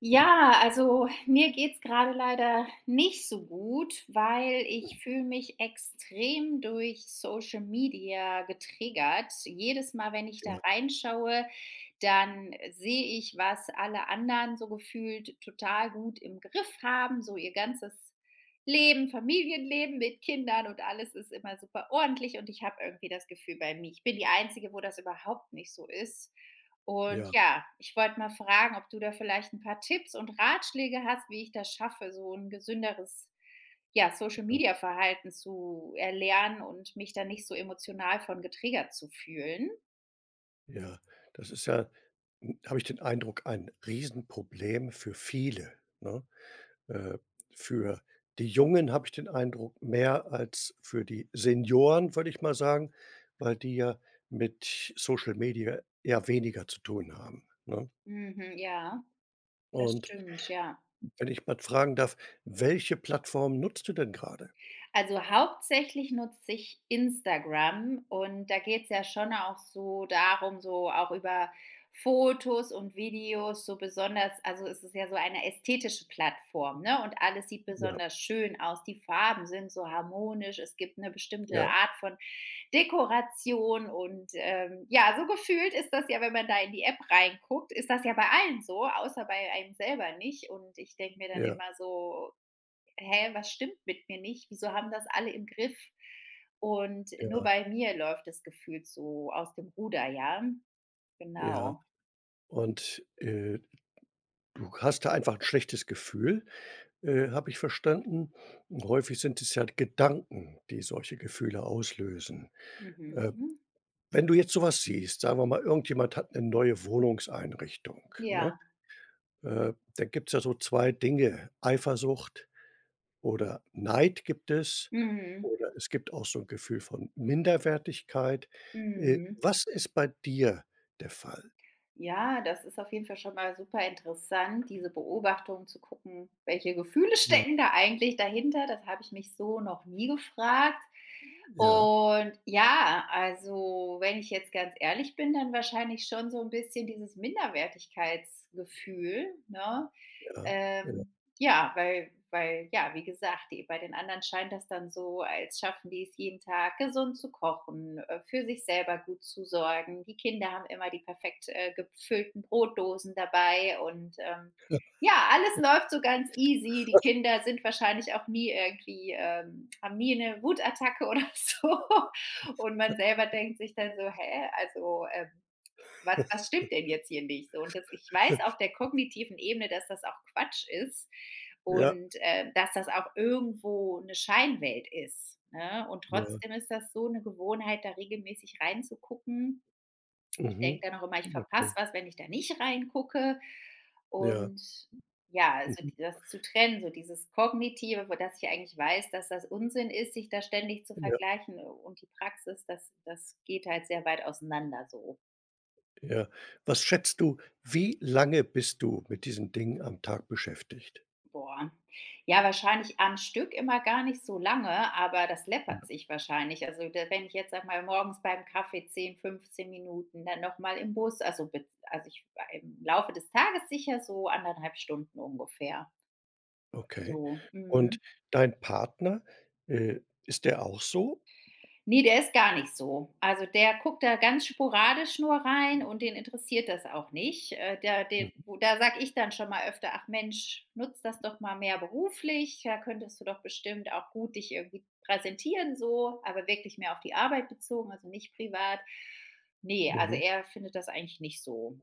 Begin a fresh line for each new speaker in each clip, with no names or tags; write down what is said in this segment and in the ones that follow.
Ja, also mir geht's gerade leider nicht so gut, weil ich fühle mich extrem durch Social Media getriggert. Jedes Mal, wenn ich da
Ja,
reinschaue, dann sehe ich, was alle anderen so gefühlt total gut im Griff haben, so ihr ganzes Leben, Familienleben mit Kindern und alles ist immer super ordentlich und ich habe irgendwie das Gefühl bei mir, ich bin die Einzige, wo das überhaupt nicht so ist. Und
ja,
ja, ich wollte mal fragen, ob du da vielleicht ein paar Tipps und Ratschläge hast, wie ich das schaffe, so ein gesünderes, ja, Social-Media-Verhalten zu erlernen und mich da nicht so emotional von getriggert zu fühlen.
ja. Das ist ja hm, Habe ich den Eindruck, ein Riesenproblem für viele, ne? Äh, für die Jungen habe ich den Eindruck, mehr als für die Senioren, würde ich mal sagen, weil die ja mit Social Media eher weniger zu tun haben, ne?
Mhm, ja, das
Und
stimmt, ja.
wenn ich mal fragen darf, welche Plattform nutzt du denn gerade?
Also hauptsächlich nutze ich Instagram und da geht's ja schon auch so darum, so auch über Fotos und Videos, so besonders also es ist ja so eine ästhetische Plattform, ne? Und alles sieht
Ja,
besonders schön aus. Die Farben sind so harmonisch, es gibt eine bestimmte
ja,
Art von Dekoration und, ja, so gefühlt ist das ja, wenn man da in die App reinguckt ist das ja bei allen so, außer bei einem selber nicht. Und ich denke mir dann
ja,
immer so: Hä, was stimmt mit mir nicht? Wieso haben das alle im Griff? Und nur
ja,
bei mir läuft das gefühlt so aus dem Ruder, ja?
ja.
Genau.
Und, du hast da einfach ein schlechtes Gefühl. Habe ich verstanden, häufig sind es ja Gedanken, die solche Gefühle auslösen. Äh,
Mhm.
Wenn du jetzt so was siehst, sagen wir mal, irgendjemand hat eine neue Wohnungseinrichtung, ne?
Ja.
Dann gibt's ja so 2 Dinge, Eifersucht oder Neid gibt es
Mhm.
oder es gibt auch so ein Gefühl von Minderwertigkeit.
Mhm.
Was ist bei dir der Fall?
Ja, das ist auf jeden Fall schon mal super interessant, diese Beobachtung zu gucken, welche Gefühle
Hm,
stecken da eigentlich dahinter. Das habe ich mich so noch nie gefragt.
ja,
Und ja, also, wenn ich jetzt ganz ehrlich bin, dann wahrscheinlich schon so ein bisschen dieses Minderwertigkeitsgefühl, ne?
ja, ja.
Ähm, ja, weil ja, wie gesagt, die bei den anderen scheint das dann so, als schaffen die es jeden Tag, gesund zu kochen, für sich selber gut zu sorgen. Die Kinder haben immer die perfekt, gefüllten Brotdosen dabei und, ja, alles läuft so ganz easy. Die Kinder sind wahrscheinlich auch nie irgendwie haben nie 'ne Wutattacke oder so. Und man selber denkt sich dann so: „Hä, also, was stimmt denn jetzt hier nicht so?“ Und das ich weiß auf der kognitiven Ebene, dass das auch Quatsch ist
Ja,
und, dass das auch irgendwo 'ne Scheinwelt ist, ne? Und
ja.
trotzdem ist das so 'ne Gewohnheit, da regelmäßig reinzugucken. Denke
Mhm.
dann auch immer, ich verpasse
Okay.
was, wenn ich da nicht reingucke.
Ja. Ja.
Und ja, also
Mhm.
d das zu trennen, so dieses Kognitive, wo dass ich eigentlich weiß, dass das Unsinn ist, sich da ständig zu
Ja.
vergleichen und die Praxis, das geht halt sehr weit auseinander so.
Ja. Was schätzt du, wie lange bist du mit diesen Dingen am Tag beschäftigt?
Boah. Ja, wahrscheinlich am Stück immer gar nicht so lange, aber das läppert sich wahrscheinlich. Also, da wenn ich jetzt sag mal, morgens beim Kaffee 10 15 Minuten, dann noch mal im Bus, also, ich im Laufe des Tages sicher so anderthalb Stunden ungefähr.
Okay.
So,
Und
mhm.
dein Partner, äh, ist der auch so?
Ne, der ist gar nicht so. Also, der guckt da ganz sporadisch nur rein und den interessiert das auch nicht. Der
Mhm.
wo da sage ich dann schon mal öfter: „Ach Mensch, nutz das doch mal mehr beruflich. Da könntest du doch bestimmt auch gut dich irgendwie präsentieren so“, aber wirklich mehr auf die Arbeit bezogen, also nicht privat. Nee, also
Mhm.
er findet das eigentlich nicht so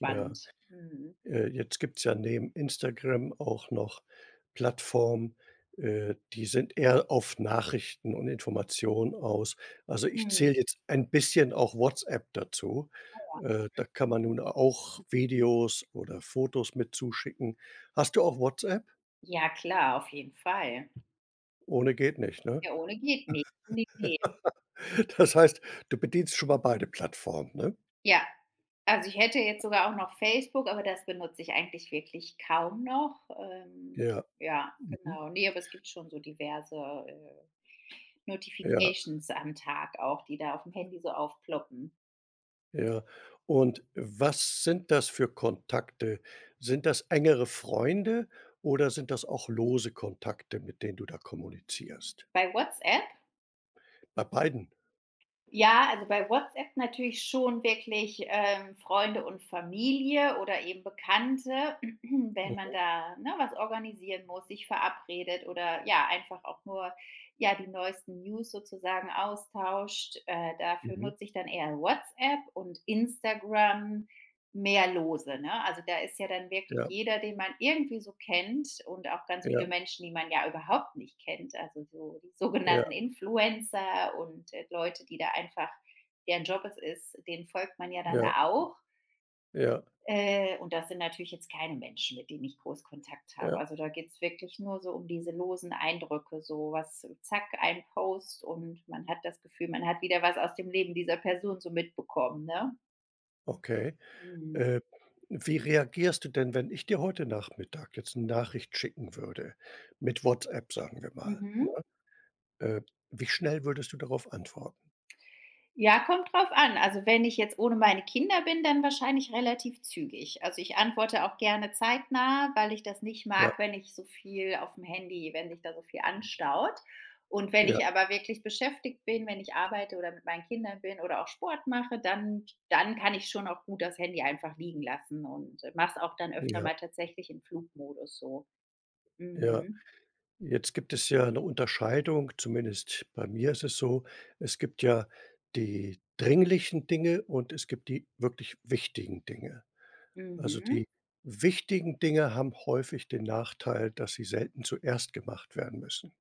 Ja.
Mhm.
Jetzt gibt's ja neben Instagram auch noch Plattformen, die sind eher auf Nachrichten und Informationen aus. Also, ich
Mhm.
zähle jetzt ein bisschen auch WhatsApp dazu.
Ja.
Da kann man nun auch Videos oder Fotos mit zuschicken. Hast du auch WhatsApp?
Ja klar, auf jeden Fall.
Ohne geht nicht, ne?
Ja, ohne geht nicht. Nee, ne.
Das heißt, du bedienst schon mal beide Plattformen, ne?
Ja, also ich hätte jetzt sogar auch noch Facebook, aber das benutze ich eigentlich wirklich kaum noch.
Ja.
Ja,
Mhm.
genau. Ne, aber es gibt schon so diverse, äh,
Ja.
Notifications am Tag auch, die da auf dem Handy so aufploppen.
Ja. Und was sind das für Kontakte? Sind das engere Freunde oder sind das auch lose Kontakte, mit denen du da kommunizierst?
Bei WhatsApp
Bei beiden?
Ja, also bei WhatsApp natürlich schon wirklich, Freunde und Familie oder eben Bekannte, wenn man
Mhm.
da, ne, was organisieren muss, sich verabredet oder ja, einfach auch nur, ja, die neuesten News sozusagen austauscht. Dafür
Mhm.
nutze ich dann eher WhatsApp und Instagram. Mehr lose, ne? Also, da ist ja dann wirklich
Ja,
jeder, den man irgendwie so kennt und auch ganz viele
ja,
Menschen, die man ja überhaupt nicht kennt, also so die
ja,
sogenannten Influencer und, Leute, die da einfach deren Job es ist, denen folgt man ja dann
ja,
auch.
ja,
Und das sind natürlich jetzt keine Menschen, mit denen ich groß Kontakt habe.
ja.
Also, da geht's wirklich nur so um diese losen Eindrücke, so was zack, ein Post und man hat das Gefühl, man hat wieder was aus dem Leben dieser Person so mitbekommen, ne?
Okay.
Mhm.
Äh, Wie reagierst du denn, wenn ich dir heute Nachmittag jetzt eine Nachricht schicken würde, mit WhatsApp, sagen wir mal?
Mhm.
Äh, Wie schnell würdest du darauf antworten?
Ja, kommt drauf an. Also, wenn ich jetzt ohne meine Kinder bin, dann wahrscheinlich relativ zügig. Also, ich antworte auch gerne zeitnah, weil ich das nicht
Ja,
mag, wenn ich so viel auf dem Handy wenn sich da so viel anstaut. Und wenn
ja,
ich aber wirklich beschäftigt bin, wenn ich arbeite oder mit meinen Kindern bin oder auch Sport mache, dann kann ich schon auch gut das Handy einfach liegen lassen und mache es auch dann öfter
ja,
mal tatsächlich in Flugmodus so.
ja.
Mhm.
Jetzt gibt es ja eine Unterscheidung, zumindest bei mir ist es so. Es gibt ja die dringlichen Dinge und es gibt die wirklich wichtigen Dinge. Also,
Mhm.
die wichtigen Dinge haben häufig den Nachteil, dass sie selten zuerst gemacht werden müssen,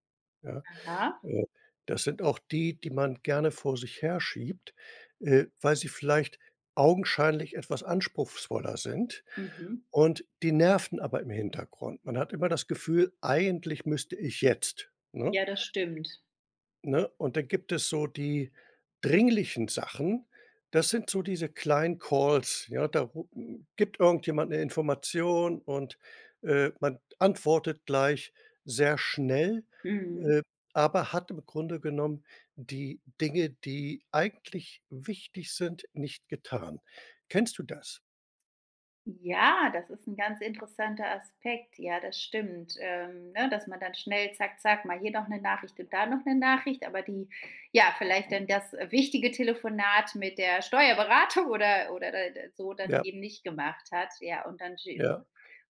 ja?
Aha.
Äh, Das sind auch die, die man gerne vor sich herschiebt, weil sie vielleicht augenscheinlich etwas anspruchsvoller sind
Mhm.
und die nerven aber im Hintergrund. Man hat immer das Gefühl: „Eigentlich müsste ich jetzt“, ne?
Ja, das stimmt.
Ne? Und dann gibt es so die dringlichen Sachen. Das sind so diese kleinen Calls, ja, da gibt irgendjemand eine Information und, man antwortet gleich sehr schnell,
Mhm.
äh, aber hat im Grunde genommen die Dinge, die eigentlich wichtig sind, nicht getan. Kennst du das?
Ja, das ist ein ganz interessanter Aspekt. Ja, das stimmt, ne, dass man dann schnell zack, zack, mal hier noch eine Nachricht und da noch eine Nachricht, aber die ja, vielleicht dann das, wichtige Telefonat mit der Steuerberatung oder da so dann
Ja,
eben nicht gemacht hat. Ja, und dann schä
ja,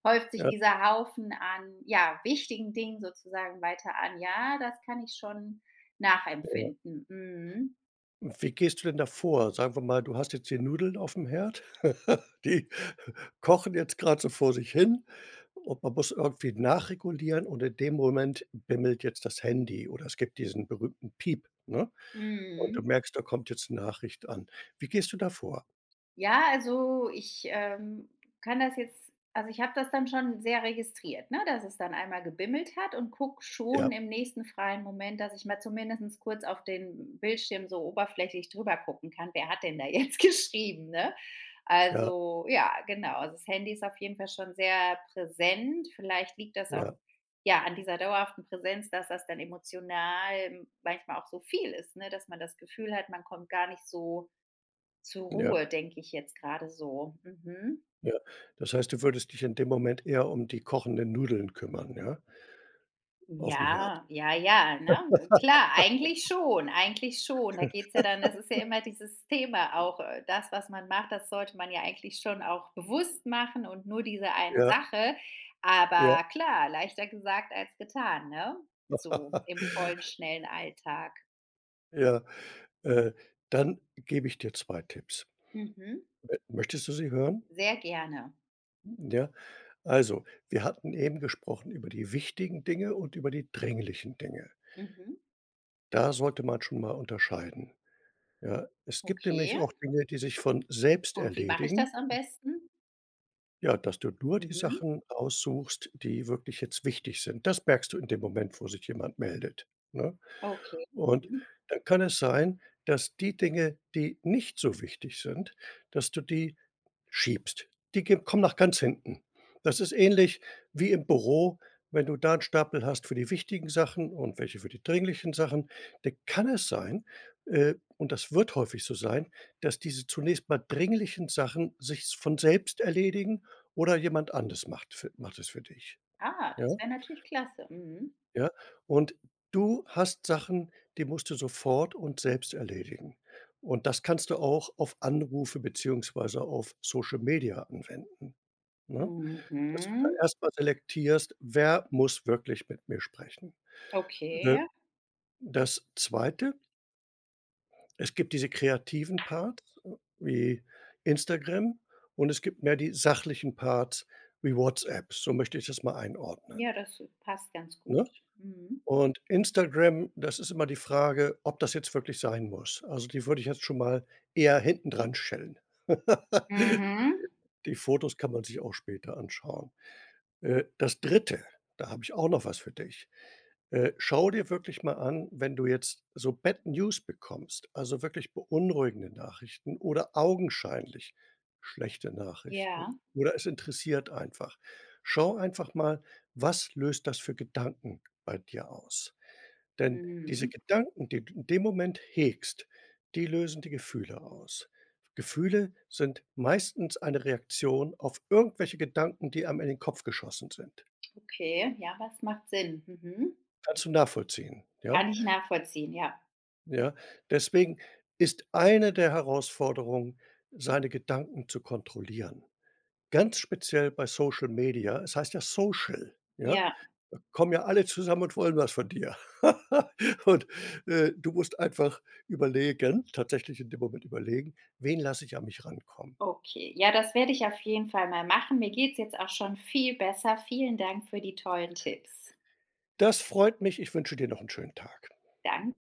häuft sich
ja,
dieser Haufen an, ja, wichtigen Dingen sozusagen weiter an. Ja, das kann ich schon
ja.
nachempfinden. Mhm.
Wie gehst du denn da vor? Sagen wir mal, du hast jetzt die Nudeln auf dem Herd, die kochen jetzt gerade so vor sich hin und man muss irgendwie nachregulieren und in dem Moment bimmelt jetzt das Handy oder es gibt diesen berühmten Piep, ne? Und du
Mhm.
merkst, da kommt jetzt eine Nachricht an. Wie gehst du da vor?
Ja, also ich, kann das jetzt also ich habe das dann schon sehr registriert, ne, dass es dann einmal gebimmelt hat und gucke schon
Ja,
im nächsten freien Moment, dass ich mal zumindest kurz auf den Bildschirm so oberflächlich drüber gucken kann: „Wer hat denn da jetzt geschrieben“, ne?
ja,
Also, ja, genau. Also, das Handy ist auf jeden Fall schon sehr präsent. Vielleicht liegt das auch,
ja,
ja, an dieser dauerhaften Präsenz, dass das dann emotional manchmal auch so viel ist, ne, dass man das Gefühl hat, man kommt gar nicht so zur
ja,
Ruhe, denke ich jetzt gerade so. Mhm.
ja. Das heißt, du würdest dich in dem Moment eher um die kochenden Nudeln kümmern, ja, auf dem Herd.
Ja, ja, ja, ne? Klar, eigentlich schon, eigentlich schon. Da geht's ja dann das ist ja immer dieses Thema auch, das, was man macht, das sollte man ja eigentlich schon auch bewusst machen und nur diese eine
Ja,
Sache.
ja.
Aber klar, leichter gesagt als getan, ne? So im vollen, schnellen Alltag.
Ja, äh, dann gebe ich dir 2 Tipps.
Mhm.
Möchtest du sie hören?
Sehr gerne.
Ja, also, wir hatten eben gesprochen über die wichtigen Dinge und über die dringlichen Dinge.
Mhm.
Da sollte man schon mal unterscheiden. Ja, es gibt nämlich
Okay.
auch Dinge, die sich von selbst
Und wie mache ich
erledigen.
das am besten?
Ja, dass du nur die
Mhm.
Sachen aussuchst, die wirklich jetzt wichtig sind. Das merkst du in dem Moment, wo sich jemand meldet, ne?
Okay.
Und
Mhm.
dann kann es sein, dass die Dinge, die nicht so wichtig sind, dass du die schiebst. Die ge kommen nach ganz hinten. Das ist ähnlich wie im Büro, wenn du da 'n Stapel hast für die wichtigen Sachen und welche für die dringlichen Sachen, dann kann es sein, und das wird häufig so sein, dass diese zunächst mal dringlichen Sachen sich von selbst erledigen oder jemand anderes macht es für dich.
Ah,
Ja,
das wäre natürlich klasse. Mhm.
ja. Und du hast Sachen, die musst du sofort und selbst erledigen. Und das kannst du auch auf Anrufe beziehungsweise auf Social Media anwenden. Ne? Dass du da
Mhm.
erstmal mal selektierst: „Wer muss wirklich mit mir sprechen?“ Äh,
Okay.
Das Zweite, es gibt diese kreativen Parts, wie Instagram und es gibt mehr die sachlichen Parts wie WhatsApp. So möchte ich das mal einordnen,
Ja, das passt ganz gut.
ne?
Mhm.
Und Instagram, das ist immer die Frage, ob das jetzt wirklich sein muss. Also, die würde ich jetzt schon mal eher hinten dran stellen.
Mhm.
Die Fotos kann man sich auch später anschauen. Das Dritte, da habe ich auch noch was für dich. Schau dir wirklich mal an, wenn du jetzt so Bad News bekommst, also wirklich beunruhigende Nachrichten oder augenscheinlich schlechte Nachrichten
Ja.
oder es interessiert einfach. Schau einfach mal, was löst das für Gedanken bei dir aus? Denn diese
Mhm.
Gedanken, die du in dem Moment hegst, die lösen die Gefühle aus. Gefühle sind meistens eine Reaktion auf irgendwelche Gedanken, die einem in den Kopf geschossen sind.
Okay. Ja, das macht Sinn. Mhm.
Kannst du nachvollziehen, ja?
Kann ich nachvollziehen, ja.
Ja. Deswegen ist eine der Herausforderungen, seine Gedanken zu kontrollieren. Ganz speziell bei Social Media. Es heißt ja Social, ja?
Ja,
Kommen ja alle zusammen und wollen was von dir. Und, du musst einfach überlegen tatsächlich in dem Moment überlegen: „Wen lasse ich an mich rankommen?“
okay. Ja, das werde ich auf jeden Fall mal machen. Mir geht's jetzt auch schon viel besser. Vielen Dank für die tollen Tipps.
Das freut mich. Ich wünsche dir noch einen schönen Tag.
Danke.